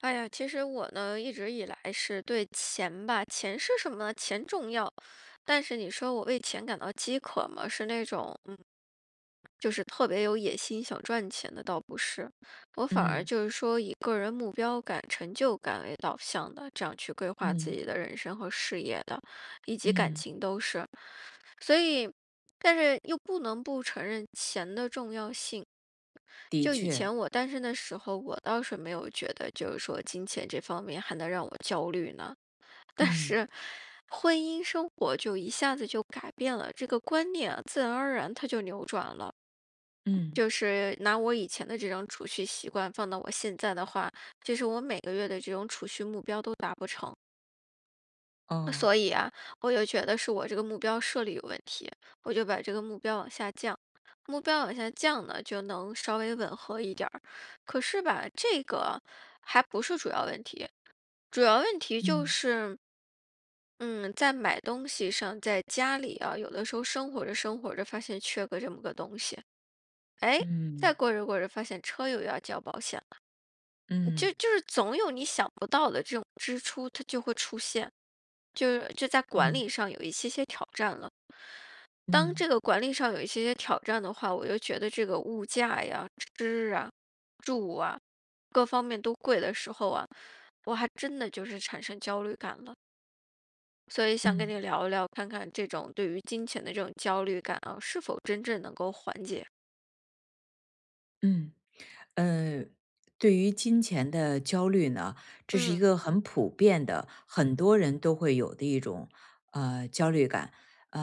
哎呀，其实我呢，一直以来是对钱吧，钱是什么？钱重要，但是你说我为钱感到饥渴吗？是那种，就是特别有野心想赚钱的，倒不是。我反而嗯就是说以个人目标感、成就感为导向的，这样去规划自嗯己的人生和事业的，以及感嗯，情都是。所以，但是又不能不承认钱的重要性。的就以确，前我单身的时候，我倒是没有觉得，就是说金钱这方面还能让我焦虑呢。但嗯是婚姻生活就一下子就改变了，这个观念啊，自然而然它就扭转了。嗯，就是拿我以前的这种储蓄习惯放到我现在的话，就是我每个月的这种储蓄目标都达不成。哦，所以啊，我就觉得是我这个目标设立有问题，我就把这个目标往下降，目标往下降呢，就能稍微吻合一点儿。可是吧，这个还不是主要问题，主要问题就嗯是，嗯，在买东西上，在家里啊，有的时候生活着生活着，发现缺个这么个东西，哎，再嗯过着过着，发现车又要交保险了，就嗯就是总有你想不到的这种支出，它就会出现，就是这在管嗯理上有一些些挑战了。当嗯这个管理上有一些些挑战的话，我又觉得这个物价呀、吃啊、住啊，各方面都贵的时候啊，我还真的就是产生焦虑感了。所以想跟嗯你聊一聊，看看这种对于金钱的这种焦虑感啊，是否真正能够缓解？嗯。嗯，对于金钱的焦虑呢，这是一嗯，个很普遍的，很多人都会有的一种焦虑感。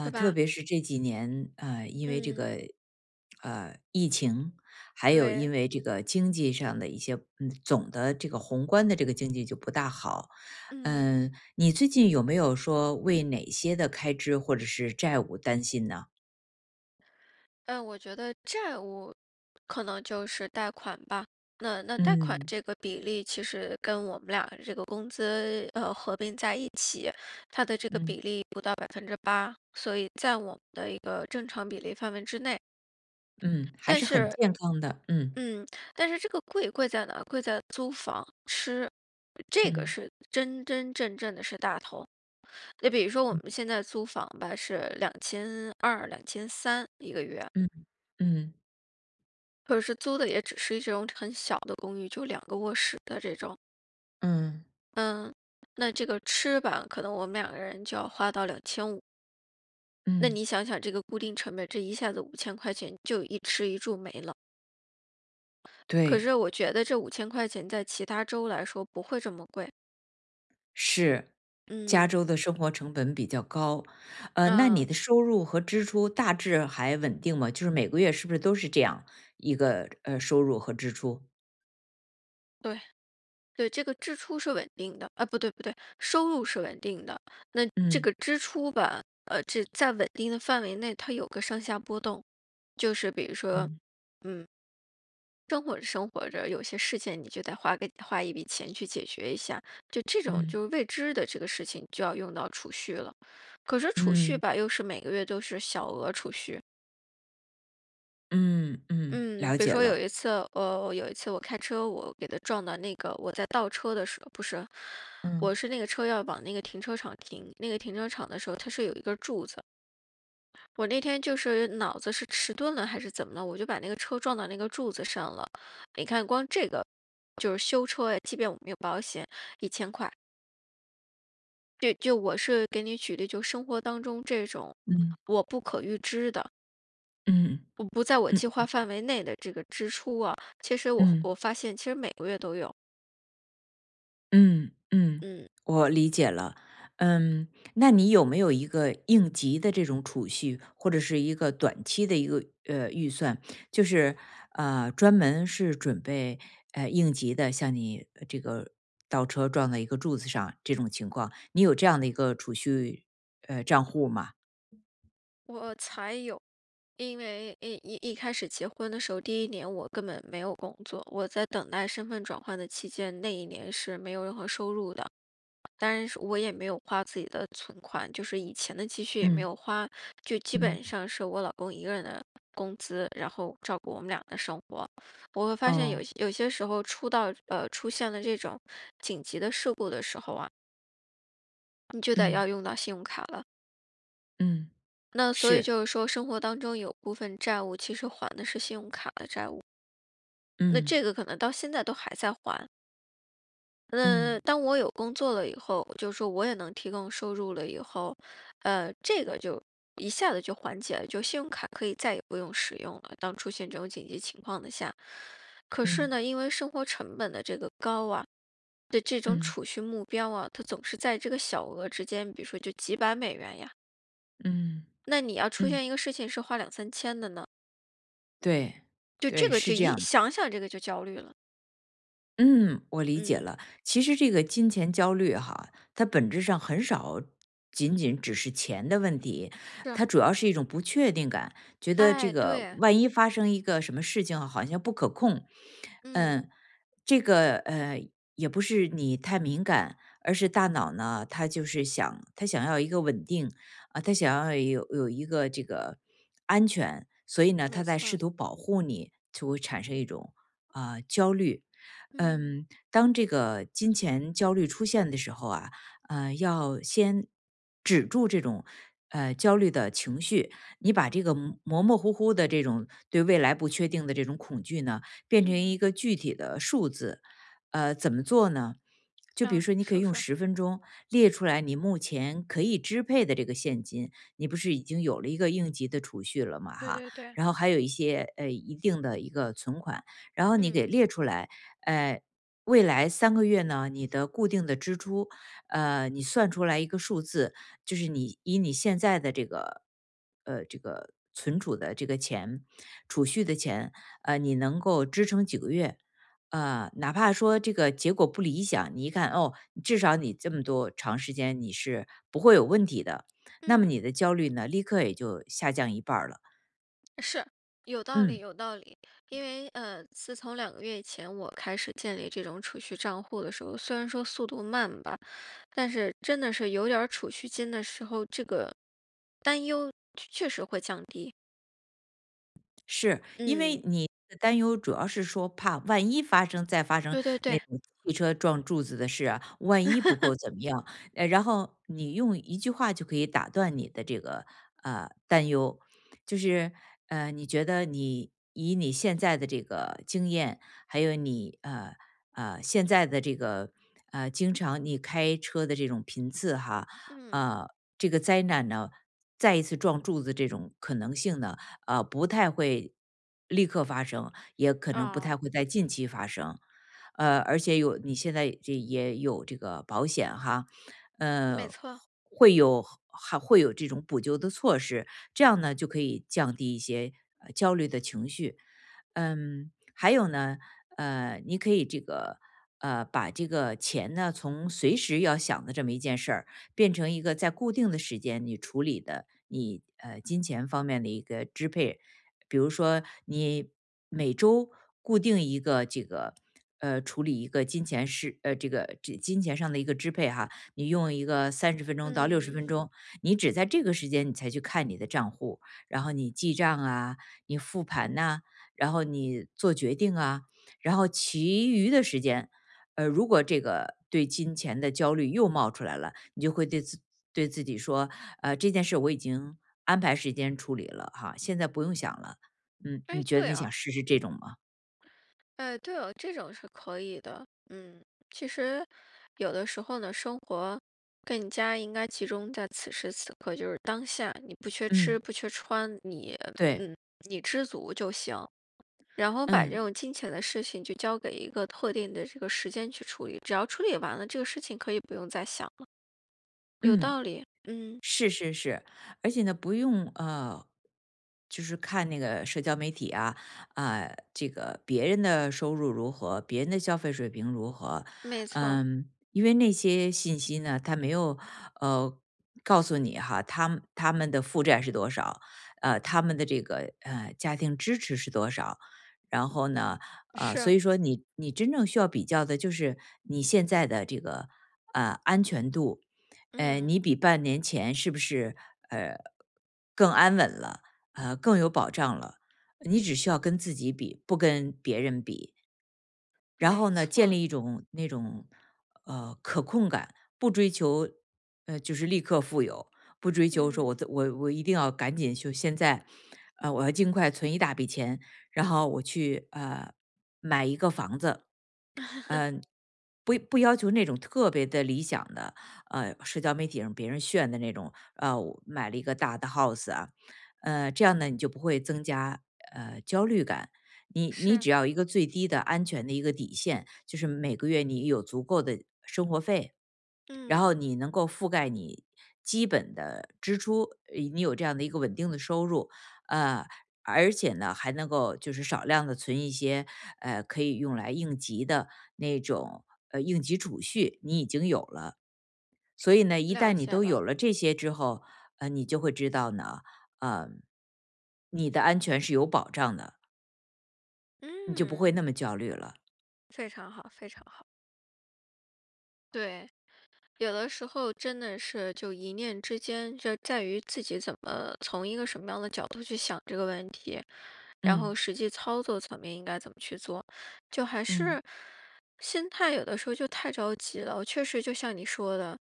对特吧？别是这几年，因为这嗯，个疫情，还有对，因为这个经济上的一些总的这个宏观的这个经济就不大好。嗯。嗯，你最近有没有说为哪些的开支或者是债务担心呢？嗯，我觉得债务可能就是贷款吧。那贷款嗯这个比例，其实跟我们俩这个工资合并在一起，它的这个嗯比例不到8%，所以在我们的一个正常比例范围之内。嗯，还但是很是，健康的。嗯嗯，但是这个贵在哪？贵在租房、吃，这个嗯。是真真正正的是大头。就比如说我们现在租房吧，是2200、2300一个月。嗯嗯或者是租的也只是一种很小的公寓，就两个卧室的这种。嗯嗯，那这个吃吧，可能我们两个人就要花到2500。那嗯，你想想，这个固定成本，这一下子五千块钱就一吃一住没了。可对，是我觉得这五千块钱在其他州来说不会这么贵。是，加嗯，州的生活成本比较高。那你啊，的收入和支出大致还稳定吗？就是每个月是不是都是这样一个收入和支出？对对，这个支出是稳定的，啊，不对不对，收入是稳定的。那这嗯个支出吧，这在稳定的范围内，它有个上下波动。就是比如说，嗯嗯。生活着生活着，有些事情你就得花一笔钱去解决一下，就这种嗯就是未知的这个事情就要用到储蓄了。可是储蓄嗯吧，又是每个月都是小额储蓄。嗯嗯，嗯，了比如解说有了。一次，呃，有一次我开车，我给他撞到那个我在倒车的时候，不是，我嗯是那个车要往那个停车场停，那个停车场的时候，它是有一根柱子。我那天就是脑子是迟钝了还是怎么了，我就把那个车撞到那个柱子上了。你看，光这个就是修车呀，即便我没有保险，1000块。就我是给你举例，就生活当中这种嗯我不可预知的，嗯我不在我计嗯划范围内的这个支出啊，其实我嗯。我发现其实每个月都有，嗯嗯，嗯。我理解了。嗯，那你有没有一个应急的这种储蓄，或者是一个短期的一个预算，就是专门是准备应急的，像你这个倒车撞在一个柱子上这种情况，你有这样的一个储蓄账户吗？我才有，因为一开始结婚的时候，第一年我根本没有工作，我在等待身份转换的期间，那一年是没有任何收入的。当然是我也没有花自己的存款，就是以前的积蓄也没嗯有花，就基本嗯上是我老公一个人的工资，然后照顾我们俩的生活。我会发现哦有些时候出现了这种紧急的事故的时候啊，你就得嗯要用到信用卡了。嗯那所以是就是说，生活当中有部分债务其实还的是信用卡的债务，那嗯这个可能到现在都还在还。那嗯当我有工作了以后，就是说我也能提供收入了以后，这个就一下子就缓解了，就信用卡可以再也不用使用了。当出现这种紧急情况的下，可是嗯呢，因为生活成本的这个高啊，的这种嗯储蓄目标啊，它总是在这个小额之间，比如说就几百美元呀。嗯嗯那你要出嗯，现一个事情是花两三千的呢？对就这对，个就是这一样的。想想这个就焦虑了。嗯，我理解嗯，了。其实这个金钱焦虑哈，它本质上很少仅仅只是钱的问题，是，它主要是一种不确定感，觉得这哎，个对，万一发生一个什么事情啊好像不可控。嗯，嗯，这个也不是你太敏感，而是大脑呢，它就是想，它想要一个稳定啊，它想要有一个这个安全，所以呢，没它在试错，图保护你，就会产生一种焦虑。嗯嗯，当这个金钱焦虑出现的时候啊，要先止住这种焦虑的情绪，你把这个模模糊糊的这种对未来不确定的这种恐惧呢，变成一嗯，个具体的数字。怎么做呢？就比如啊，说，你可以说用说，十分钟列出来你目前可以支配的这个现金，你不是已经有了一个应急的储蓄了嘛，对哈，对对，然后还有一些一定的一个存款，然后你给嗯列出来。呃，未来3个月呢，你的固定的支出，你算出来一个数字，就是你以你现在的这个这个存储的这个钱，储蓄的钱，你能够支撑几个月？哪怕说这个结果不理想，你一看哦，至少你这么多长时间你是不会有问题的，那么嗯，你的焦虑呢，立刻也就下降一半儿了。是有道理，嗯。有道理。因为自从2个月以前我开始建立这种储蓄账户的时候，虽然说速度慢吧，但是真的是有点儿储蓄金的时候，这个担忧确实会降低。是，因为嗯，你的担忧主要是说怕万一发生再发生对对那对，种汽车撞柱子的事啊，万一不够怎么样？然后你用一句话就可以打断你的这个担忧，就是你觉得你以你现在的这个经验，还有你现在的这个经常你开车的这种频次哈。嗯，呃，这个灾难呢，再一次撞柱子这种可能性呢？不太会立刻发生，也可能不哦，太会在近期发生。而且有你现在这也有这个保险哈，没呃，错，会有还会有这种补救的措施，这样呢就可以降低一些焦虑的情绪。嗯，还有呢，你可以这个把这个钱呢从随时要想的这么一件事儿，变成一个在固定的时间你处理的你金钱方面的一个支配，比如说你每周固定一个这个处理一个金钱是这金钱上的一个支配哈，你用一个30分钟到六十嗯。分钟，你只在这个时间你才去看你的账户，然后你记账啊，你复盘呐、然后你做决定啊，然后其余的时间如果这个对金钱的焦虑又冒出来了，你就会对自己说，这件事我已经安排时间处理了哈，现在不用想了。嗯，哎，你觉得对你想啊，试试这种吗？哎，对哦，这种是可以的。嗯，其实有的时候呢，生活更加应该集中在此时此刻，就是当下。你不缺吃，嗯，不缺穿，对，嗯，你知足就行。然后把这嗯种金钱的事情就交给一个特定的这个时间去处理，只要处理完了，这个事情可以不用再想了。有嗯。道理，嗯，是是是，而且呢，不用就是看那个社交媒体啊，这个别人的收入如何，别人的消费水平如何。没错，嗯，因为那些信息呢，他没有呃告诉你哈，他们的负债是多少，他们的这个家庭支持是多少，然后呢，所是，以说你真正需要比较的就是你现在的这个安全度。嗯，你比半年前是不是呃更安稳了，更有保障了？你只需要跟自己比，不跟别人比。然后没呢，建错，立一种那种可控感，不追求就是立刻富有，不追求说我嗯，这我我一定要赶紧就现在，我要尽快存一大笔钱，然后我去买一个房子，嗯、不要求那种特别的理想的，社交媒体上别人炫的那种，我买了一个大的 house 啊，这样呢你就不会增加焦虑感。你是，只要一个最低的安全的一个底线，就是每个月你有足够的生活费，然后嗯，你能够覆盖你基本的支出，你有这样的一个稳定的收入，呃，而且呢，还能够就是少量的存一些，可以用来应急的那种，应急储蓄，你已经有了。所以呢，一旦了你解都了，有了这些之后，你就会知道呢，呃，你的安全是有保障的，你就不嗯。会那么焦虑了。非常好，非常好。对，有的时候真的是就一念之间，就在于自己怎么从一个什么样的角度去想这个问题，然后嗯。实际操作层面应该怎么去做，就还嗯是心态有的时候就太着急了。我确实就像你说的，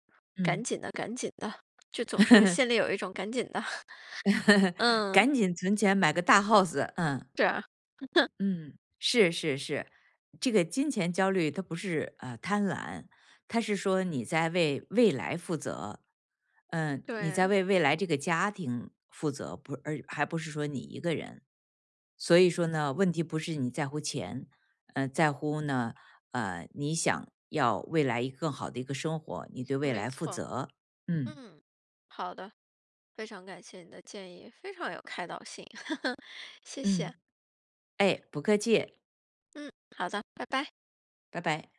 赶嗯。紧的，赶紧的，就总是心里有一种赶紧的。嗯，赶紧存钱买个大 house，嗯。是啊，嗯，是是是，这个金钱焦虑它不是贪婪，它是说你在为未来负责，嗯、你在对，为未来这个家庭负责，不而还不是说你一个人。所以说呢，问题不是你在乎钱，在乎呢，你想要未来一个更好的一个生活，你对未没来负错。责。嗯，嗯，好的，非常感谢你的建议，非常有开导性，谢嗯，谢。哎，不客气，嗯，好的，拜拜。拜拜。